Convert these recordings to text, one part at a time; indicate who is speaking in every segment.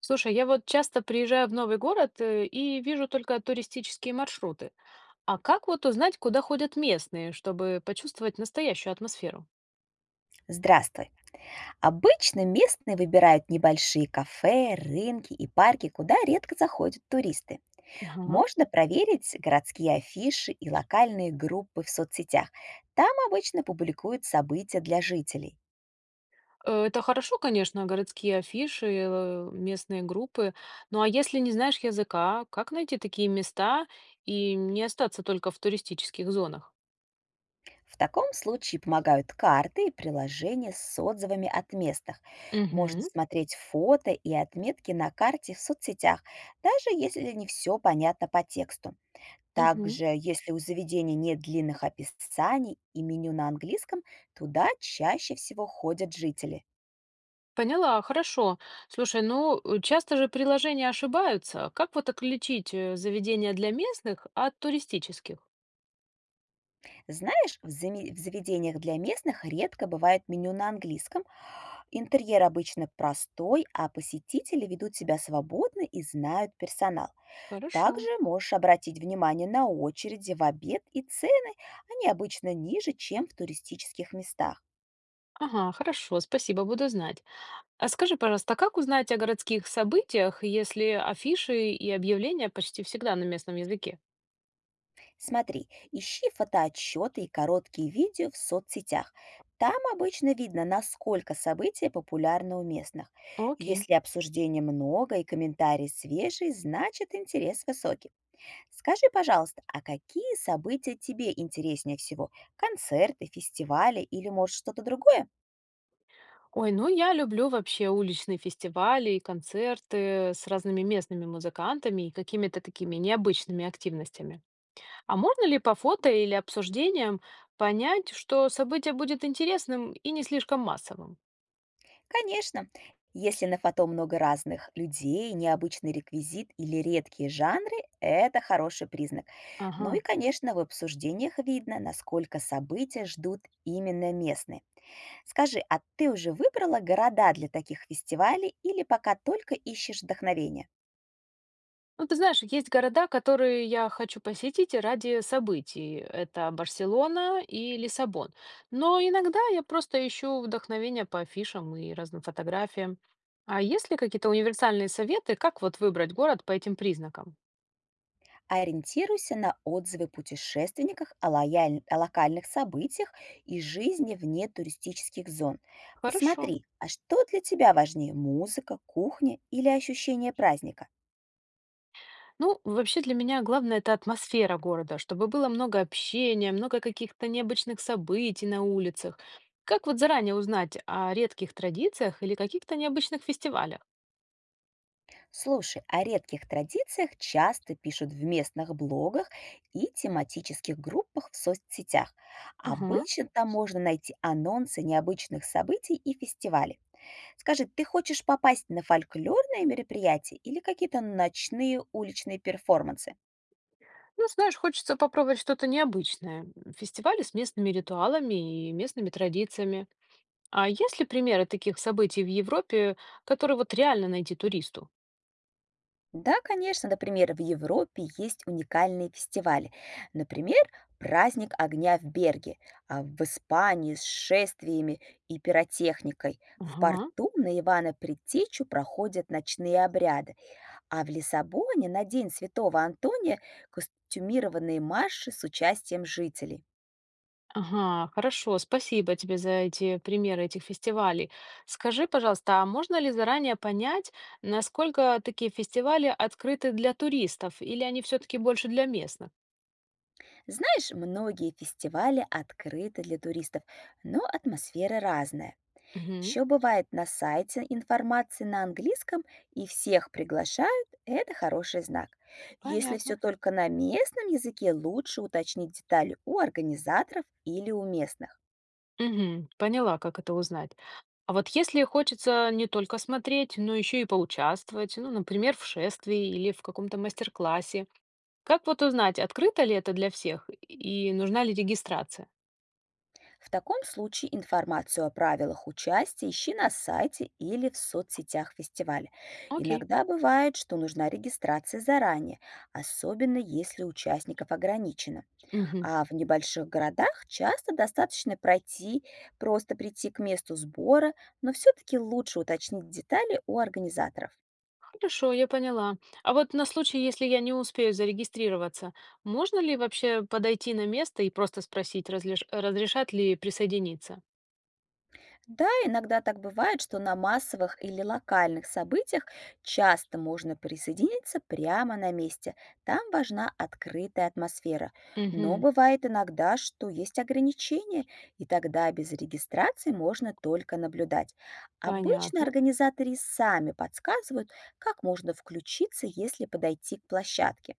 Speaker 1: Слушай, я вот часто приезжаю в новый город, и вижу только туристические маршруты. А как вот узнать, куда ходят местные, чтобы почувствовать настоящую атмосферу?
Speaker 2: Здравствуй. Обычно местные выбирают небольшие кафе, рынки и парки, куда редко заходят туристы.
Speaker 1: Ага.
Speaker 2: Можно проверить городские афиши и локальные группы в соцсетях. Там обычно публикуют события для жителей.
Speaker 1: Это хорошо, конечно, городские афиши, местные группы. Ну а если не знаешь языка, как найти такие места и не остаться только в туристических зонах?
Speaker 2: В таком случае помогают карты и приложения с отзывами от местных. Можно
Speaker 1: Угу,
Speaker 2: смотреть фото и отметки на карте в соцсетях, даже если не все понятно по тексту.
Speaker 1: угу.
Speaker 2: Также, если у заведения нет длинных описаний и меню на английском, туда чаще всего ходят жители.
Speaker 1: Поняла, хорошо. Слушай, ну, часто же приложения ошибаются. Как вот отличить заведения для местных от туристических?
Speaker 2: Знаешь, в заведениях для местных редко бывает меню на английском. Интерьер обычно простой, а посетители ведут себя свободно и знают персонал.
Speaker 1: Хорошо.
Speaker 2: Также можешь обратить внимание на очереди в обед и цены. Они обычно ниже, чем в туристических местах.
Speaker 1: Ага, хорошо, спасибо, буду знать. А скажи, пожалуйста, а как узнать о городских событиях, если афиши и объявления почти всегда на местном языке?
Speaker 2: Смотри, ищи фотоотчеты и короткие видео в соцсетях. Там обычно видно, насколько события популярны у местных.
Speaker 1: Окей.
Speaker 2: Если обсуждений много и комментарии свежие, значит интерес высокий. Скажи, пожалуйста, а какие события тебе интереснее всего? Концерты, фестивали или, может, что-то другое?
Speaker 1: Ой, ну я люблю вообще уличные фестивали и концерты с разными местными музыкантами и какими-то такими необычными активностями. А можно ли по фото или обсуждениям понять, что событие будет интересным и не слишком массовым?
Speaker 2: Конечно, если на фото много разных людей, необычный реквизит или редкие жанры — это хороший признак. Ну
Speaker 1: Ага.
Speaker 2: и, конечно, в обсуждениях видно, насколько события ждут именно местные. Скажи, а ты уже выбрала города для таких фестивалей или пока только ищешь вдохновение?
Speaker 1: Ну, ты знаешь, есть города, которые я хочу посетить и ради событий. Это Барселона и Лиссабон. Но иногда я просто ищу вдохновение по афишам и разным фотографиям. А есть ли какие-то универсальные советы, как вот выбрать город по этим признакам?
Speaker 2: Ориентируйся на отзывы путешественников о локальных событиях и жизни вне туристических зон.
Speaker 1: Хорошо.
Speaker 2: Посмотри, а что для тебя важнее — музыка, кухня или ощущение праздника?
Speaker 1: Ну, вообще для меня главное это атмосфера города, чтобы было много общения, много каких-то необычных событий на улицах. Как вот заранее узнать о редких традициях или каких-то необычных фестивалях?
Speaker 2: Слушай, о редких традициях часто пишут в местных блогах и тематических группах в соцсетях.
Speaker 1: Ага.
Speaker 2: Обычно там можно найти анонсы необычных событий и фестивалей. Скажи, ты хочешь попасть на фольклорные мероприятия или какие-то ночные уличные перформансы?
Speaker 1: Ну, знаешь, хочется попробовать что-то необычное. Фестивали с местными ритуалами и местными традициями. А есть ли примеры таких событий в Европе, которые вот реально найти туристу?
Speaker 2: Да, конечно, например, в Европе есть уникальные фестивали. Например, праздник огня в Берге, а в Испании с шествиями и пиротехникой. В
Speaker 1: Ага,
Speaker 2: порту на Ивана Предтечу проходят ночные обряды, а в Лиссабоне на День Святого Антония костюмированные марши с участием жителей.
Speaker 1: ага, хорошо, спасибо тебе за эти примеры этих фестивалей. Скажи, пожалуйста, а можно ли заранее понять, насколько такие фестивали открыты для туристов, или они все-таки больше для местных?
Speaker 2: Знаешь, многие фестивали открыты для туристов, но атмосфера разная.
Speaker 1: Угу,
Speaker 2: Еще бывает на сайте информации на английском и всех приглашают, это хороший знак. Если
Speaker 1: понятно.
Speaker 2: все только на местном языке, лучше уточнить детали у организаторов или у местных.
Speaker 1: Мгм. Поняла, как это узнать. А вот если хочется не только смотреть, но еще и поучаствовать, ну, например, в шествии или в каком-то мастер-классе, как вот узнать, открыто ли это для всех и нужна ли регистрация?
Speaker 2: В таком случае информацию о правилах участия ищи на сайте или в соцсетях фестиваля.
Speaker 1: Окей.
Speaker 2: Иногда бывает, что нужна регистрация заранее, особенно если участников ограничено.
Speaker 1: Мгм.
Speaker 2: А в небольших городах часто достаточно пройти, просто прийти к месту сбора, но все-таки лучше уточнить детали у организаторов.
Speaker 1: Хорошо, я поняла. А вот на случай, если я не успею зарегистрироваться, можно ли вообще подойти на место и просто спросить, разрешат ли присоединиться?
Speaker 2: Да, иногда так бывает, что на массовых или локальных событиях часто можно присоединиться прямо на месте. Там важна открытая атмосфера. Но
Speaker 1: Мгм.
Speaker 2: бывает иногда, что есть ограничения, и тогда без регистрации можно только наблюдать. Обычно
Speaker 1: Понятно.
Speaker 2: организаторы сами подсказывают, как можно включиться, если подойти к площадке.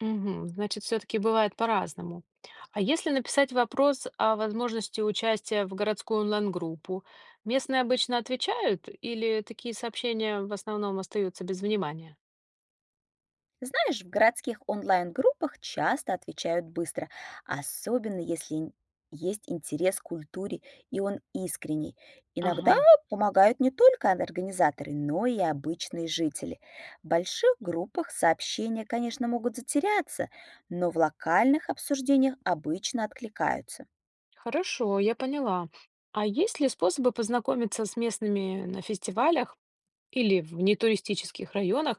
Speaker 1: Мгм. Значит, все-таки бывает по-разному. А если написать вопрос о возможности участия в городскую онлайн-группу, местные обычно отвечают или такие сообщения в основном остаются без внимания?
Speaker 2: Знаешь, в городских онлайн-группах часто отвечают быстро, особенно если ин- есть интерес к культуре, и он искренний.
Speaker 1: Ага,
Speaker 2: Иногда помогают не только организаторы, но и обычные жители. В больших группах сообщения, конечно, могут затеряться, но в локальных обсуждениях обычно откликаются.
Speaker 1: хорошо, я поняла. А есть ли способы познакомиться с местными на фестивалях или в нетуристических районах,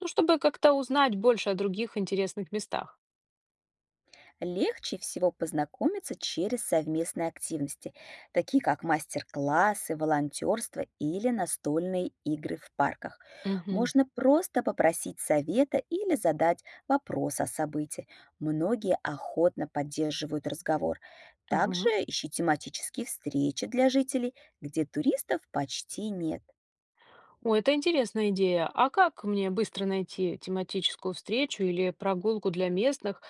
Speaker 1: ну, чтобы как-то узнать больше о других интересных местах?
Speaker 2: Легче всего познакомиться через совместные активности, такие как мастер-классы, волонтерство или настольные игры в парках. Можно просто попросить совета или задать вопрос о событии. Многие охотно поддерживают разговор. Также
Speaker 1: Угу.
Speaker 2: ищи тематические встречи для жителей, где туристов почти нет.
Speaker 1: О, это интересная идея. А как мне быстро найти тематическую встречу или прогулку для местных?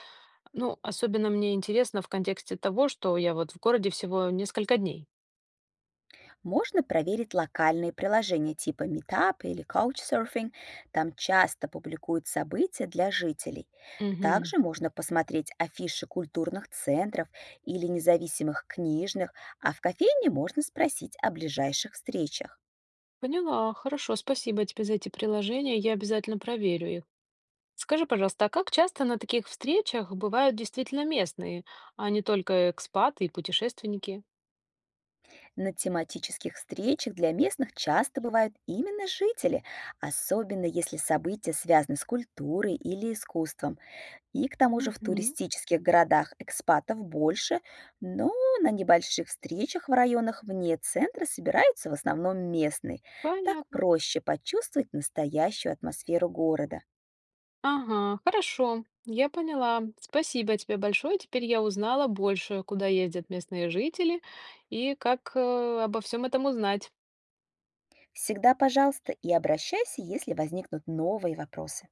Speaker 1: Ну, особенно мне интересно в контексте того, что я вот в городе всего несколько дней.
Speaker 2: Можно проверить локальные приложения типа Meetup или Couchsurfing. Там часто публикуют события для жителей.
Speaker 1: Мгм.
Speaker 2: Также можно посмотреть афиши культурных центров или независимых книжных, а в кофейне можно спросить о ближайших встречах.
Speaker 1: Поняла. Хорошо, спасибо тебе за эти приложения. Я обязательно проверю их. Скажи, пожалуйста, а как часто на таких встречах бывают действительно местные, а не только экспаты и путешественники?
Speaker 2: На тематических встречах для местных часто бывают именно жители, особенно если события связаны с культурой или искусством. И к тому же в
Speaker 1: Мгм.
Speaker 2: туристических городах экспатов больше, но на небольших встречах в районах вне центра собираются в основном местные. Так
Speaker 1: Понятно.
Speaker 2: проще почувствовать настоящую атмосферу города.
Speaker 1: Ага, хорошо, я поняла. Спасибо тебе большое. Теперь я узнала больше, куда ездят местные жители и как обо всем этом узнать.
Speaker 2: Всегда, пожалуйста, и обращайся, если возникнут новые вопросы.